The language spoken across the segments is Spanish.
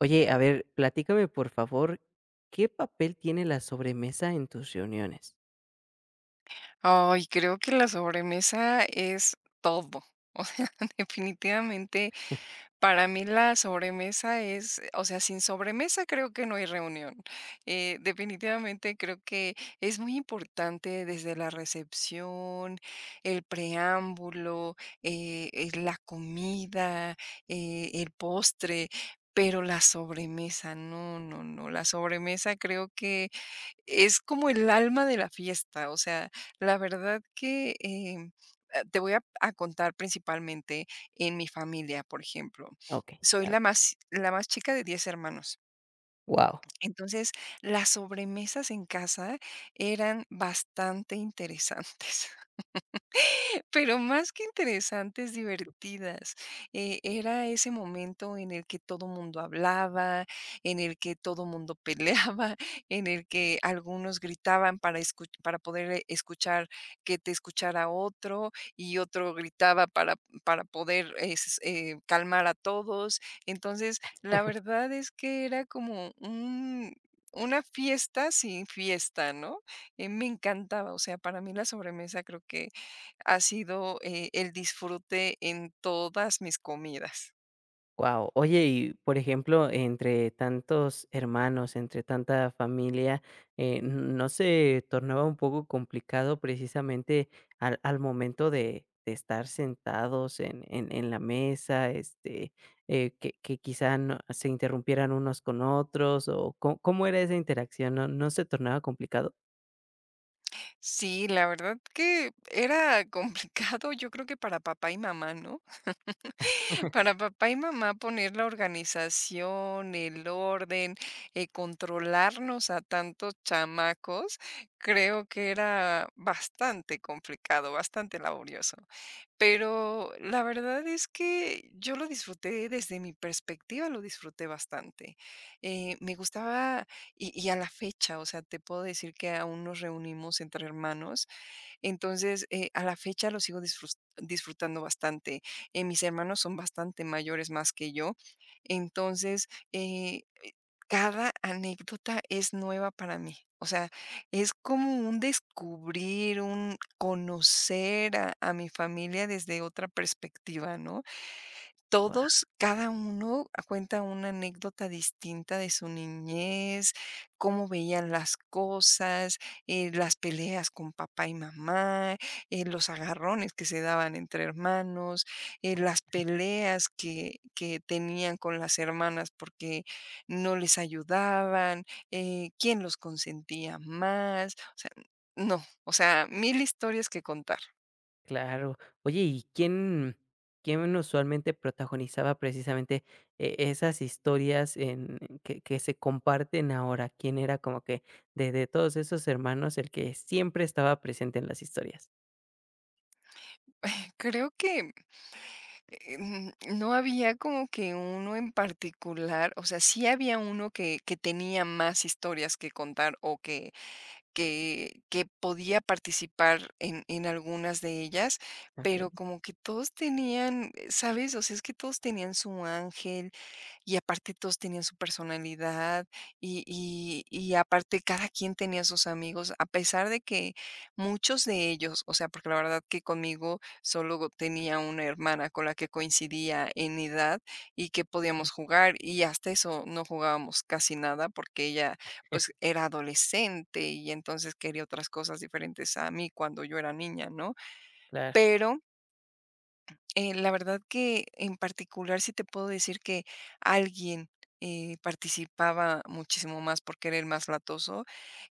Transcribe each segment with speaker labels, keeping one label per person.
Speaker 1: Oye, a ver, platícame, por favor, ¿qué papel tiene la sobremesa en tus reuniones?
Speaker 2: Ay, creo que la sobremesa es todo. O sea, definitivamente para mí la sobremesa es, o sea, sin sobremesa creo que no hay reunión. Definitivamente creo que es muy importante desde la recepción, el preámbulo, la comida, el postre, pero la sobremesa, no, no, no. La sobremesa creo que es como el alma de la fiesta, o sea, la verdad que, te voy a contar principalmente en mi familia, por ejemplo.
Speaker 1: Okey, a
Speaker 2: Soy
Speaker 1: ver.
Speaker 2: la más chica de 10 hermanos.
Speaker 1: Guau,
Speaker 2: Entonces, las sobremesas en casa eran bastante interesantes. Pero más que interesantes, divertidas. Era ese momento en el que todo mundo hablaba, en el que todo mundo peleaba, en el que algunos gritaban para poder, escuchar que te escuchara otro, y otro gritaba para poder, es calmar a todos. Entonces, la verdad es que era como un una fiesta sin fiesta, ¿no? Me encantaba, o sea, para mí la sobremesa creo que ha sido, el disfrute en todas mis comidas.
Speaker 1: guau. Oye, y por ejemplo, entre tantos hermanos, entre tanta familia, ¿no se tornaba un poco complicado precisamente al momento de estar sentados en la mesa, que quizá no se interrumpieran unos con otros, o, co ¿cómo era esa interacción? ¿No se tornaba complicado?
Speaker 2: Sí, la verdad que era complicado, yo creo que para papá y mamá, ¿no? Para papá y mamá poner la organización, el orden, controlarnos a tantos chamacos, creo que era bastante complicado, bastante laborioso. Pero la verdad es que yo lo disfruté desde mi perspectiva, lo disfruté bastante. Me gustaba y a la fecha, o sea, te puedo decir que aún nos reunimos entre hermanos entonces, a la fecha lo sigo disfrutando bastante. Mis hermanos son bastante mayores más que yo. Entonces, cada anécdota es nueva para mí. O sea, es como un descubrir, un conocer a mi familia desde otra perspectiva, ¿no? Todos, cada uno cuenta una anécdota distinta de su niñez, cómo veían las cosas, las peleas con papá y mamá, los agarrones que se daban entre hermanos, las peleas que tenían con las hermanas porque no les ayudaban, quién los consentía más, o sea, no, o sea, mil historias que contar.
Speaker 1: Claro. Oye, ¿y quién quién usualmente protagonizaba precisamente esas historias en que se comparten ahora? ¿Quién era como que de todos esos hermanos el que siempre estaba presente en las historias?
Speaker 2: Creo que no había como que uno en particular, o sea, sí había uno que tenía más historias que contar o que podía participar en algunas de ellas,
Speaker 1: Okey,
Speaker 2: pero como que todos tenían, ¿sabes? O sea, es que todos tenían su ángel, y aparte todos tenían su personalidad y aparte cada quien tenía sus amigos, a pesar de que muchos de ellos, o sea, porque la verdad que conmigo solo tenía una hermana con la que coincidía en edad y que podíamos jugar, y hasta eso no jugábamos casi nada porque ella, pues, era adolescente y entonces quería otras cosas diferentes a mí cuando yo era niña, ¿no?
Speaker 1: claro.
Speaker 2: Pero la verdad que en particular sí te puedo decir que alguien participaba muchísimo más porque era el más latoso,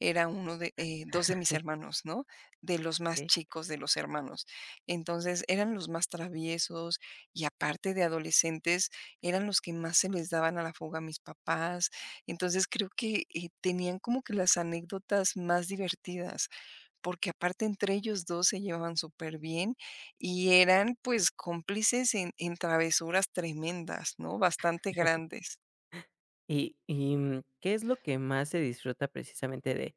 Speaker 2: era uno de dos de mis hermanos, ¿no? De los más
Speaker 1: Okey.
Speaker 2: chicos de los hermanos. Entonces eran los más traviesos y aparte de adolescentes, eran los que más se les daban a la fuga a mis papás. Entonces creo que tenían como que las anécdotas más divertidas porque aparte entre ellos 2 se llevaban súper bien y eran, pues, cómplices en travesuras tremendas, ¿no? Bastante grandes.
Speaker 1: ¿Qué es lo que más se disfruta precisamente de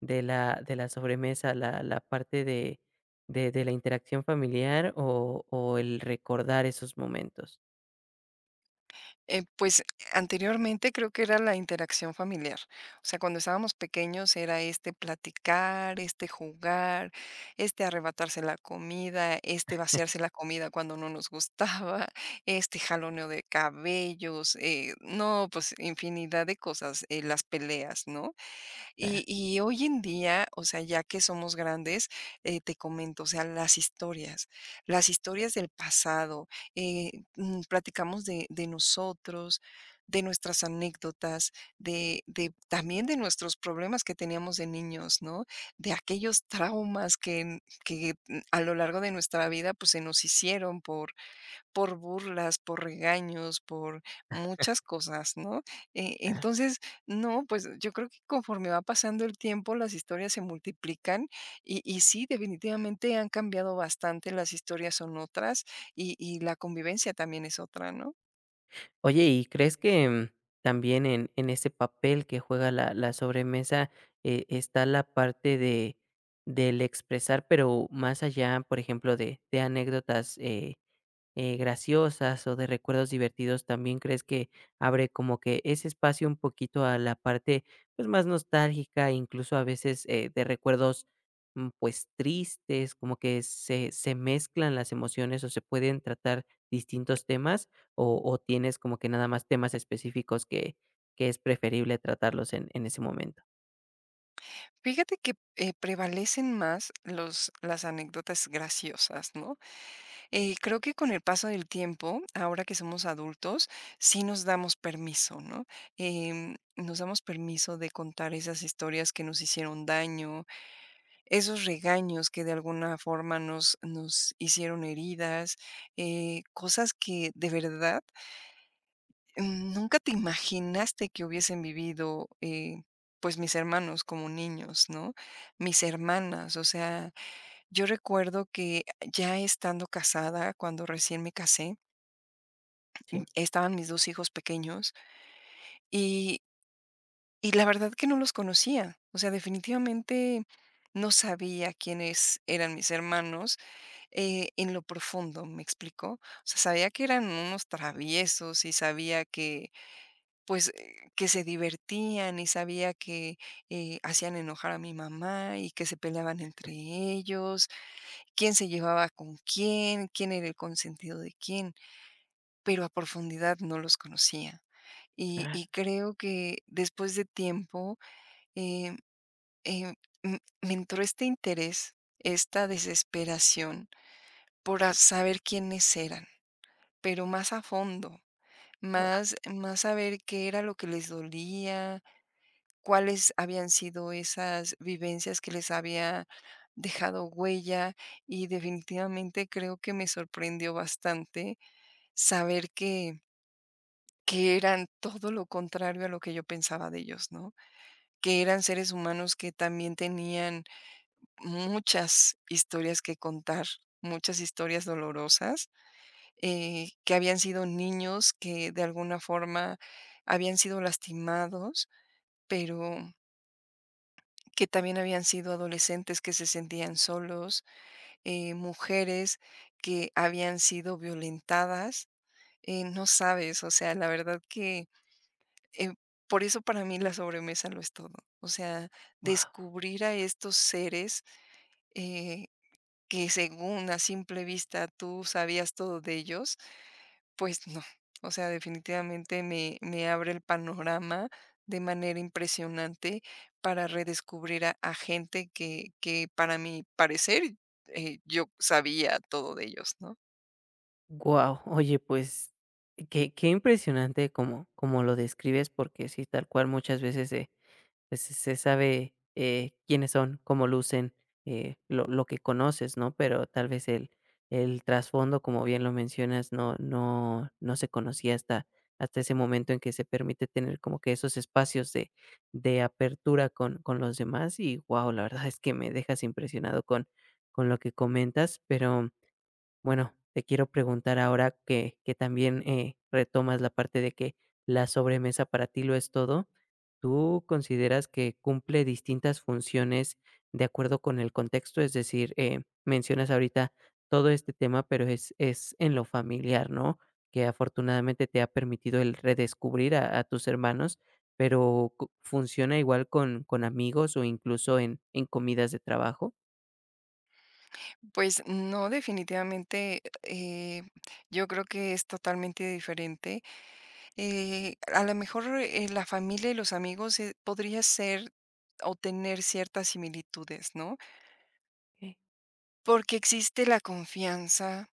Speaker 1: la sobremesa? ¿La parte de la interacción familiar o el recordar esos momentos?
Speaker 2: Pues, anteriormente creo que era la interacción familiar. O sea, cuando estábamos pequeños era este platicar, este jugar, este arrebatarse la comida, este vaciarse la comida cuando no nos gustaba, este jaloneo de cabellos, no, pues, infinidad de cosas, las peleas, ¿no? Y hoy en día, o sea, ya que somos grandes, te comento, o sea, las historias del pasado, eh, platicamos de nosotros, de nuestras anécdotas, de también de nuestros problemas que teníamos de niños, ¿no? De aquellos traumas que a lo largo de nuestra vida, pues, se nos hicieron por burlas, por regaños, por muchas cosas, ¿no? Entonces, no, pues yo creo que conforme va pasando el tiempo, las historias se multiplican y sí, definitivamente han cambiado bastante, las historias son otras y la convivencia también es otra, ¿no?
Speaker 1: Oye, ¿y crees que, mm, también en ese papel que juega la sobremesa, está la parte de del expresar, pero más allá, por ejemplo, de anécdotas, graciosas o de recuerdos divertidos, también crees que abre como que ese espacio un poquito a la parte pues más nostálgica, incluso a veces de recuerdos mm, pues tristes, como que se mezclan las emociones o se pueden tratar distintos temas o tienes como que nada más temas específicos que es preferible tratarlos en ese momento.
Speaker 2: Fíjate que prevalecen más las anécdotas graciosas, ¿no? Creo que con el paso del tiempo, ahora que somos adultos, sí nos damos permiso, ¿no? Nos damos permiso de contar esas historias que nos hicieron daño, esos regaños que de alguna forma nos hicieron heridas, cosas que de verdad nunca te imaginaste que hubiesen vivido. Pues mis hermanos como niños, ¿no? Mis hermanas, o sea, yo recuerdo que ya estando casada, cuando recién me casé,
Speaker 1: Sí.
Speaker 2: estaban mis 2 hijos pequeños y y la verdad que no los conocía. O sea, definitivamente no sabía quiénes eran mis hermanos, en lo profundo, ¿me explico? O sea, sabía que eran unos traviesos y sabía que, pues, que se divertían y sabía que, hacían enojar a mi mamá y que se peleaban entre ellos, quién se llevaba con quién, quién era el consentido de quién, pero a profundidad no los conocía. Y creo que después de tiempo, eh, eh, m me entró este interés, esta desesperación por a saber quiénes eran, pero más a fondo, más saber qué era lo que les dolía, cuáles habían sido esas vivencias que les había dejado huella, y definitivamente creo que me sorprendió bastante saber que eran todo lo contrario a lo que yo pensaba de ellos, ¿no? Que eran seres humanos que también tenían muchas historias que contar, muchas historias dolorosas, que habían sido niños que de alguna forma habían sido lastimados, pero que también habían sido adolescentes que se sentían solos, mujeres que habían sido violentadas. No sabes, o sea, la verdad que eh, por eso para mí la sobremesa lo es todo. O sea,
Speaker 1: Wow.
Speaker 2: descubrir a estos seres eh, que según a simple vista tú sabías todo de ellos, pues no. O sea, definitivamente me abre el panorama de manera impresionante para redescubrir a gente que para mi parecer yo sabía todo de ellos, ¿no?
Speaker 1: Wow, oye, pues, qué qué impresionante como como lo describes, porque sí, tal cual muchas veces se, pues, se sabe, quiénes son, cómo lucen, lo que conoces, ¿no? Pero tal vez el trasfondo, como bien lo mencionas, no se conocía hasta hasta ese momento en que se permite tener como que esos espacios de apertura con los demás y, wow, la verdad es que me dejas impresionado con lo que comentas, pero bueno, te quiero preguntar ahora que también, retomas la parte de que la sobremesa para ti lo es todo, ¿tú consideras que cumple distintas funciones de acuerdo con el contexto? Es decir, mencionas ahorita todo este tema, pero es en lo familiar, ¿no? Que afortunadamente te ha permitido el redescubrir a tus hermanos, pero, ¿cu ¿funciona igual con amigos o incluso en comidas de trabajo?
Speaker 2: Pues no, definitivamente yo creo que es totalmente diferente. A lo mejor, la familia y los amigos, podría ser o tener ciertas similitudes, ¿no?
Speaker 1: Okey.
Speaker 2: Porque existe la confianza,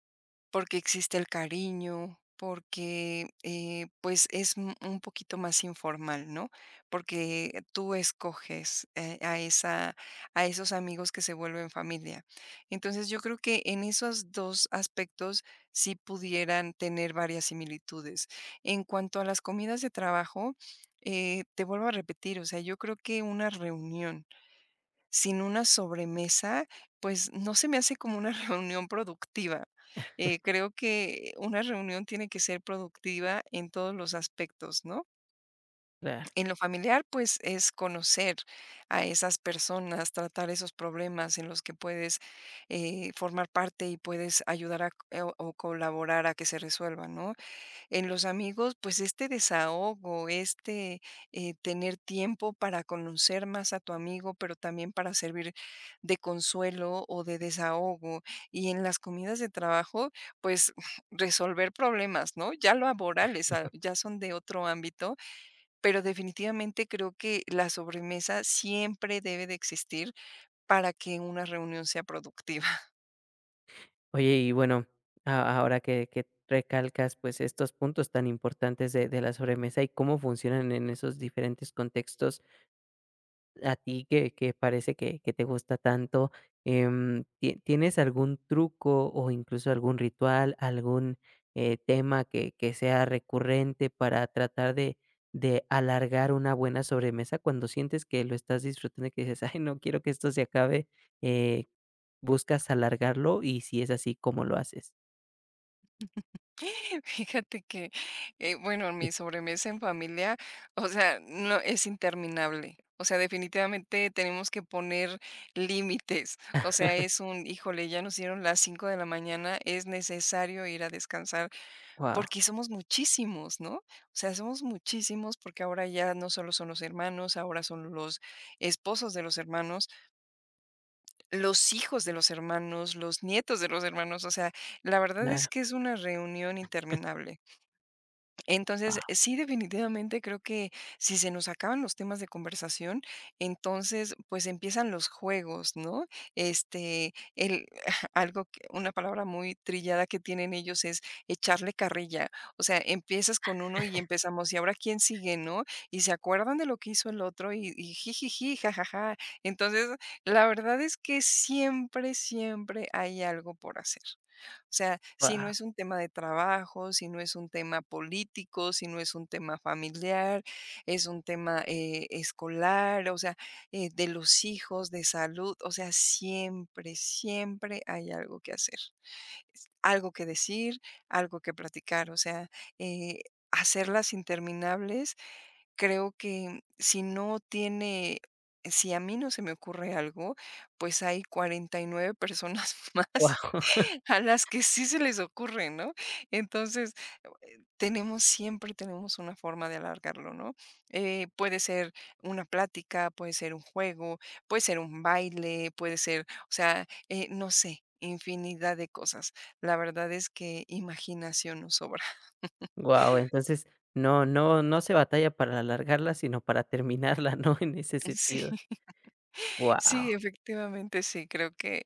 Speaker 2: porque existe el cariño, porque, pues, es un poquito más informal, ¿no? Porque tú escoges, a esos amigos que se vuelven familia. Entonces, yo creo que en esos 2 aspectos sí pudieran tener varias similitudes. En cuanto a las comidas de trabajo, te vuelvo a repetir, o sea, yo creo que una reunión sin una sobremesa, pues no se me hace como una reunión productiva. Creo que una reunión tiene que ser productiva en todos los aspectos, ¿no?
Speaker 1: Claro.
Speaker 2: En lo familiar, pues es conocer a esas personas, tratar esos problemas en los que puedes formar parte y puedes ayudar o colaborar a que se resuelvan, ¿no? En los amigos, pues este desahogo, este, tener tiempo para conocer más a tu amigo, pero también para servir de consuelo o de desahogo. Y en las comidas de trabajo, pues resolver problemas, ¿no? Ya laborales, ya son de otro ámbito, pero definitivamente creo que la sobremesa siempre debe de existir para que una reunión sea productiva.
Speaker 1: Oye, y bueno, a ahora que recalcas, pues, estos puntos tan importantes de la sobremesa y cómo funcionan en esos diferentes contextos, a ti que parece que te gusta tanto, em, ¿tienes algún truco o incluso algún ritual, algún, tema que sea recurrente para tratar de alargar una buena sobremesa cuando sientes que lo estás disfrutando y que dices: "Ay, no quiero que esto se acabe", eh, ¿buscas alargarlo? Y si es así, ¿cómo lo haces?
Speaker 2: Fíjate que, bueno, mi sobremesa en familia, o sea, no, es interminable. O sea, definitivamente tenemos que poner límites. O sea, es híjole, ya nos dieron las 5 de la mañana, es necesario ir a descansar
Speaker 1: Wow,
Speaker 2: porque somos muchísimos, ¿no? O sea, somos muchísimos porque ahora ya no solo son los hermanos, ahora son los esposos de los hermanos, los hijos de los hermanos, los nietos de los hermanos. O sea, la verdad es
Speaker 1: claro,
Speaker 2: que es una reunión interminable. Entonces, sí, definitivamente creo que si se nos acaban los temas de conversación, entonces, pues empiezan los juegos, ¿no? Este, algo que, una palabra muy trillada que tienen ellos es echarle carrilla. O sea, empiezas con uno y empezamos, y ahora quién sigue, ¿no? Y se acuerdan de lo que hizo el otro y jijiji, jajaja. Entonces, la verdad es que siempre, siempre hay algo por hacer. O sea, si no
Speaker 1: guau,
Speaker 2: es un tema de trabajo, si no es un tema político, si no es un tema familiar, es un tema escolar, o sea, de los hijos, de salud, o sea, siempre, siempre hay algo que hacer, es algo que decir, algo que platicar, o sea, eh, hacerlas interminables, creo que si no tiene... Si a mí no se me ocurre algo, pues hay 49 personas
Speaker 1: wow,
Speaker 2: más a las que sí se les ocurre, ¿no? Entonces, tenemos siempre tenemos una forma de alargarlo, ¿no? Puede ser una plática, puede ser un juego, puede ser un baile, puede ser, o sea, no sé, infinidad de cosas. La verdad es que imaginación nos sobra.
Speaker 1: wow. Entonces, no se batalla para alargarla, sino para terminarla, ¿no? En ese
Speaker 2: Sí.
Speaker 1: sentido.
Speaker 2: Sí,
Speaker 1: Wow,
Speaker 2: efectivamente, sí, creo que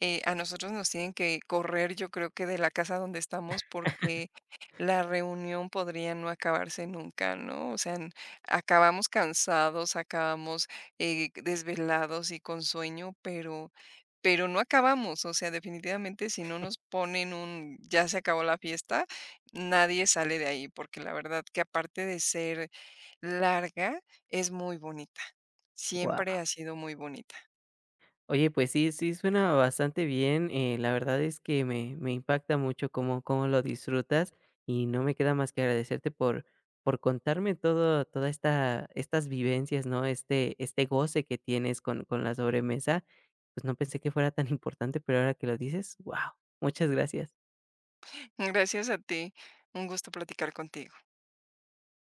Speaker 2: a nosotros nos tienen que correr, yo creo que de la casa donde estamos, porque la reunión podría no acabarse nunca, ¿no? O sea, acabamos cansados, acabamos desvelados y con sueño, pero, no acabamos, o sea, definitivamente si no nos ponen un ya se acabó la fiesta, nadie sale de ahí, porque la verdad que aparte de ser larga, es muy bonita.
Speaker 1: wow.
Speaker 2: Siempre ha sido muy bonita.
Speaker 1: Oye, pues sí, sí suena bastante bien, la verdad es que me impacta mucho cómo cómo lo disfrutas, y no me queda más que agradecerte por contarme todo toda esta estas vivencias, ¿no? Este este goce que tienes con la sobremesa, pues no pensé que fuera tan importante, pero ahora que lo dices, wow. Muchas gracias.
Speaker 2: Gracias a ti. Un gusto platicar contigo.